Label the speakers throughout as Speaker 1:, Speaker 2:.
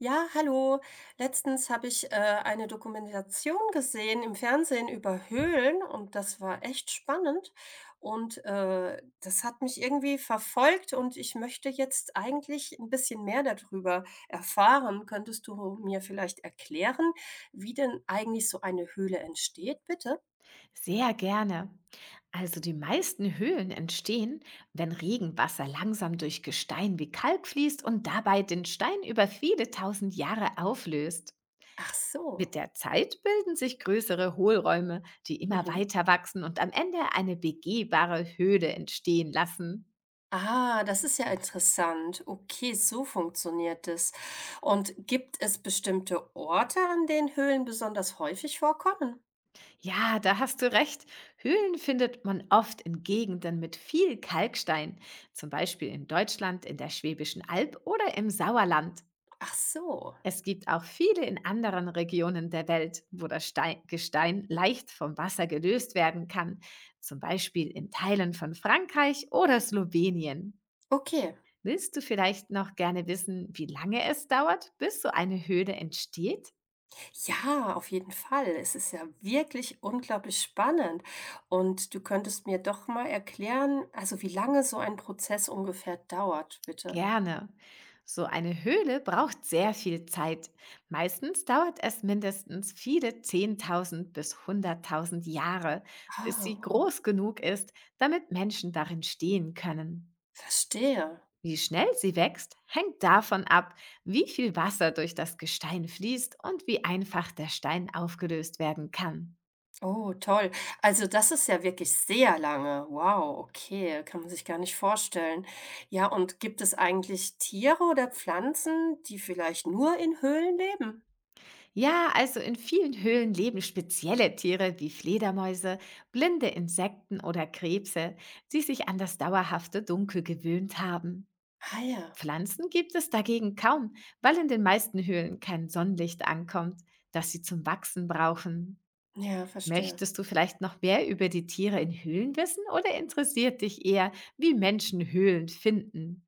Speaker 1: Ja, hallo. Letztens habe ich eine Dokumentation gesehen im Fernsehen über Höhlen und das war echt spannend und das hat mich irgendwie verfolgt und ich möchte jetzt eigentlich ein bisschen mehr darüber erfahren. Könntest du mir vielleicht erklären, wie denn eigentlich so eine Höhle entsteht, bitte?
Speaker 2: Sehr gerne. Also die meisten Höhlen entstehen, wenn Regenwasser langsam durch Gestein wie Kalk fließt und dabei den Stein über viele tausend Jahre auflöst.
Speaker 1: Ach
Speaker 2: Mit
Speaker 1: so.
Speaker 2: der Zeit bilden sich größere Hohlräume, die immer
Speaker 1: Mhm.
Speaker 2: weiter wachsen und am Ende eine begehbare Höhle entstehen lassen.
Speaker 1: Ah, das ist ja interessant. Okay, so funktioniert es. Und gibt es bestimmte Orte, an denen Höhlen besonders häufig vorkommen?
Speaker 2: Ja, da hast du recht. Höhlen findet man oft in Gegenden mit viel Kalkstein, zum Beispiel in Deutschland, in der Schwäbischen Alb oder im Sauerland.
Speaker 1: Ach so.
Speaker 2: Es gibt auch viele in anderen Regionen der Welt, wo das Stein Gestein leicht vom Wasser gelöst werden kann, zum Beispiel in Teilen von Frankreich oder Slowenien.
Speaker 1: Okay.
Speaker 2: Willst du vielleicht noch gerne wissen, wie lange es dauert, bis so eine Höhle entsteht?
Speaker 1: Ja, auf jeden Fall. Es ist ja wirklich unglaublich spannend. Und du könntest mir doch mal erklären, also wie lange so ein Prozess ungefähr dauert, bitte.
Speaker 2: Gerne. So eine Höhle braucht sehr viel Zeit. Meistens dauert es mindestens viele 10.000 bis 100.000 Jahre,
Speaker 1: Ah,
Speaker 2: bis sie
Speaker 1: wow.
Speaker 2: groß genug ist, damit Menschen darin stehen können.
Speaker 1: Verstehe.
Speaker 2: Wie schnell sie wächst, hängt davon ab, wie viel Wasser durch das Gestein fließt und wie einfach der Stein aufgelöst werden kann.
Speaker 1: Oh, toll. Also das ist ja wirklich sehr lange. Wow, okay, kann man sich gar nicht vorstellen. Ja, und gibt es eigentlich Tiere oder Pflanzen, die vielleicht nur in Höhlen leben?
Speaker 2: Ja, also in vielen Höhlen leben spezielle Tiere wie Fledermäuse, blinde Insekten oder Krebse, die sich an das dauerhafte Dunkel gewöhnt haben.
Speaker 1: Ah ja,
Speaker 2: Pflanzen gibt es dagegen kaum, weil in den meisten Höhlen kein Sonnenlicht ankommt, das sie zum Wachsen brauchen.
Speaker 1: ja, verstehe.
Speaker 2: Möchtest du vielleicht noch mehr über die Tiere in Höhlen wissen oder interessiert dich eher, wie Menschen Höhlen finden?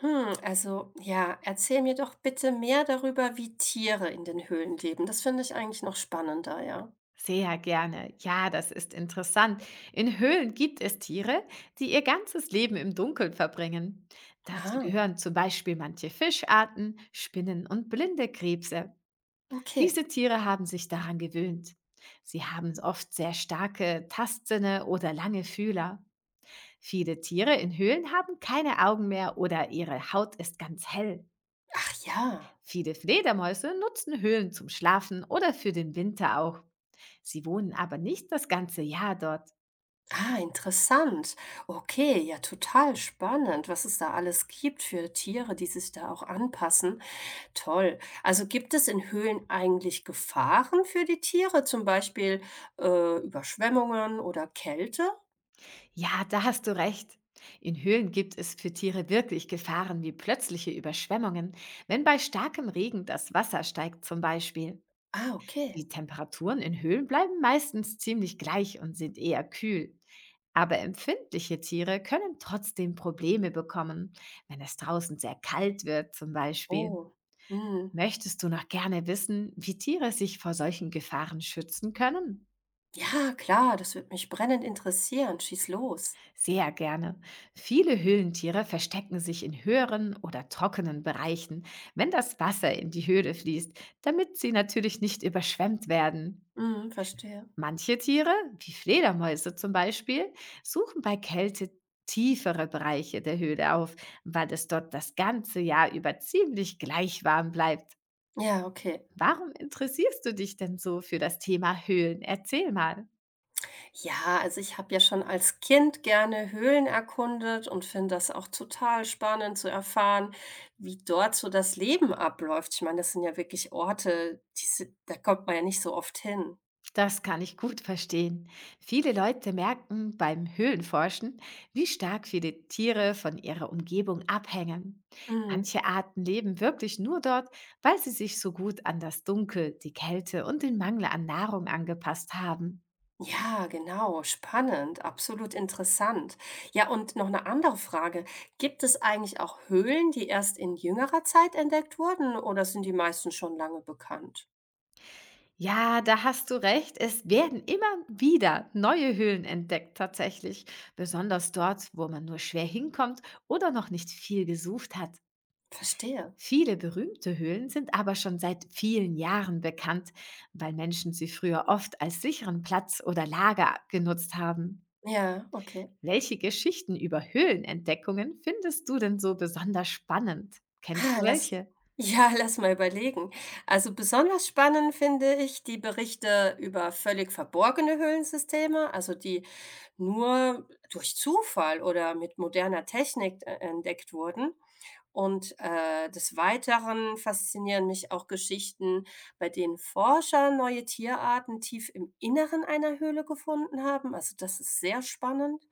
Speaker 1: Hm, also ja, erzähl mir doch bitte mehr darüber, wie Tiere in den Höhlen leben. Das finde ich eigentlich noch spannender, ja.
Speaker 2: Sehr gerne. Ja, das ist interessant. In Höhlen gibt es Tiere, die ihr ganzes Leben im Dunkeln verbringen. Dazu
Speaker 1: Ah,
Speaker 2: gehören zum Beispiel manche Fischarten, Spinnen und blinde Krebse.
Speaker 1: okay.
Speaker 2: Diese Tiere haben sich daran gewöhnt. Sie haben oft sehr starke Tastsinne oder lange Fühler. Viele Tiere in Höhlen haben keine Augen mehr oder ihre Haut ist ganz hell.
Speaker 1: Ach ja.
Speaker 2: Viele Fledermäuse nutzen Höhlen zum Schlafen oder für den Winter auch. Sie wohnen aber nicht das ganze Jahr dort.
Speaker 1: Ah, interessant. Okay, ja, total spannend, was es da alles gibt für Tiere, die sich da auch anpassen. Toll. Also gibt es in Höhlen eigentlich Gefahren für die Tiere, zum Beispiel Überschwemmungen oder Kälte?
Speaker 2: Ja, da hast du recht. In Höhlen gibt es für Tiere wirklich Gefahren wie plötzliche Überschwemmungen, wenn bei starkem Regen das Wasser steigt zum Beispiel.
Speaker 1: Ah, okay.
Speaker 2: Die Temperaturen in Höhlen bleiben meistens ziemlich gleich und sind eher kühl. Aber empfindliche Tiere können trotzdem Probleme bekommen, wenn es draußen sehr kalt wird zum Beispiel.
Speaker 1: Oh. Hm.
Speaker 2: Möchtest du noch gerne wissen, wie Tiere sich vor solchen Gefahren schützen können?
Speaker 1: Ja, klar, das wird mich brennend interessieren. Schieß los.
Speaker 2: Sehr gerne. Viele Höhlentiere verstecken sich in höheren oder trockenen Bereichen, wenn das Wasser in die Höhle fließt, damit sie natürlich nicht überschwemmt werden.
Speaker 1: Hm, verstehe.
Speaker 2: Manche Tiere, wie Fledermäuse zum Beispiel, suchen bei Kälte tiefere Bereiche der Höhle auf, weil es dort das ganze Jahr über ziemlich gleich warm bleibt.
Speaker 1: Ja, okay.
Speaker 2: Warum interessierst du dich denn so für das Thema Höhlen? Erzähl mal.
Speaker 1: Ja, also ich habe ja schon als Kind gerne Höhlen erkundet und finde das auch total spannend zu erfahren, wie dort so das Leben abläuft. Ich meine, das sind ja wirklich Orte, da kommt man ja nicht so oft hin.
Speaker 2: Das kann ich gut verstehen. Viele Leute merken beim Höhlenforschen, wie stark viele Tiere von ihrer Umgebung abhängen.
Speaker 1: Mhm.
Speaker 2: Manche Arten leben wirklich nur dort, weil sie sich so gut an das Dunkel, die Kälte und den Mangel an Nahrung angepasst haben.
Speaker 1: Ja, genau, spannend, absolut interessant. Ja, und noch eine andere Frage. Gibt es eigentlich auch Höhlen, die erst in jüngerer Zeit entdeckt wurden oder sind die meisten schon lange bekannt?
Speaker 2: Ja, da hast du recht. Es werden immer wieder neue Höhlen entdeckt tatsächlich, besonders dort, wo man nur schwer hinkommt oder noch nicht viel gesucht hat.
Speaker 1: Verstehe.
Speaker 2: Viele berühmte Höhlen sind aber schon seit vielen Jahren bekannt, weil Menschen sie früher oft als sicheren Platz oder Lager genutzt haben.
Speaker 1: Ja, okay.
Speaker 2: Welche Geschichten über Höhlenentdeckungen findest du denn so besonders spannend? Kennst
Speaker 1: Ah,
Speaker 2: du
Speaker 1: lass
Speaker 2: welche?
Speaker 1: ja, lass mal überlegen. Also besonders spannend finde ich die Berichte über völlig verborgene Höhlensysteme, also die nur durch Zufall oder mit moderner Technik entdeckt wurden. Und, des Weiteren faszinieren mich auch Geschichten, bei denen Forscher neue Tierarten tief im Inneren einer Höhle gefunden haben. Also, das ist sehr spannend.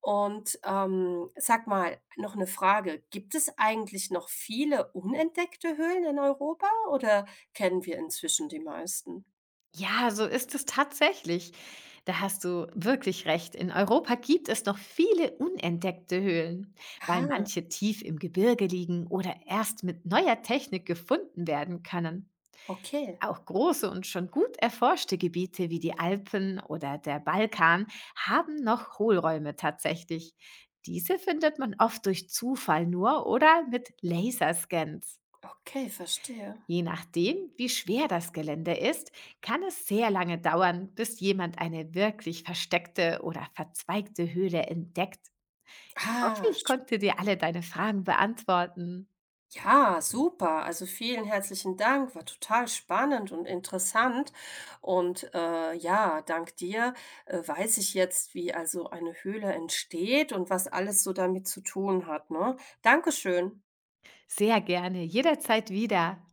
Speaker 1: Und, sag mal, noch eine Frage. Gibt es eigentlich noch viele unentdeckte Höhlen in Europa oder kennen wir inzwischen die meisten?
Speaker 2: Ja, so ist es tatsächlich. Da hast du wirklich recht. In Europa gibt es noch viele unentdeckte Höhlen, weil
Speaker 1: Ah,
Speaker 2: manche tief im Gebirge liegen oder erst mit neuer Technik gefunden werden können.
Speaker 1: okay.
Speaker 2: Auch große und schon gut erforschte Gebiete wie die Alpen oder der Balkan haben noch Hohlräume tatsächlich. Diese findet man oft durch Zufall nur oder mit Laserscans.
Speaker 1: Okay, verstehe.
Speaker 2: Je nachdem, wie schwer das Gelände ist, kann es sehr lange dauern, bis jemand eine wirklich versteckte oder verzweigte Höhle entdeckt. Ich hoffe,
Speaker 1: Ah.
Speaker 2: ich konnte dir alle deine Fragen beantworten.
Speaker 1: Ja, super. Also vielen herzlichen Dank. War total spannend und interessant. Und ja, dank dir weiß ich jetzt, wie also eine Höhle entsteht und was alles so damit zu tun hat, ne? Dankeschön.
Speaker 2: Sehr gerne, jederzeit wieder.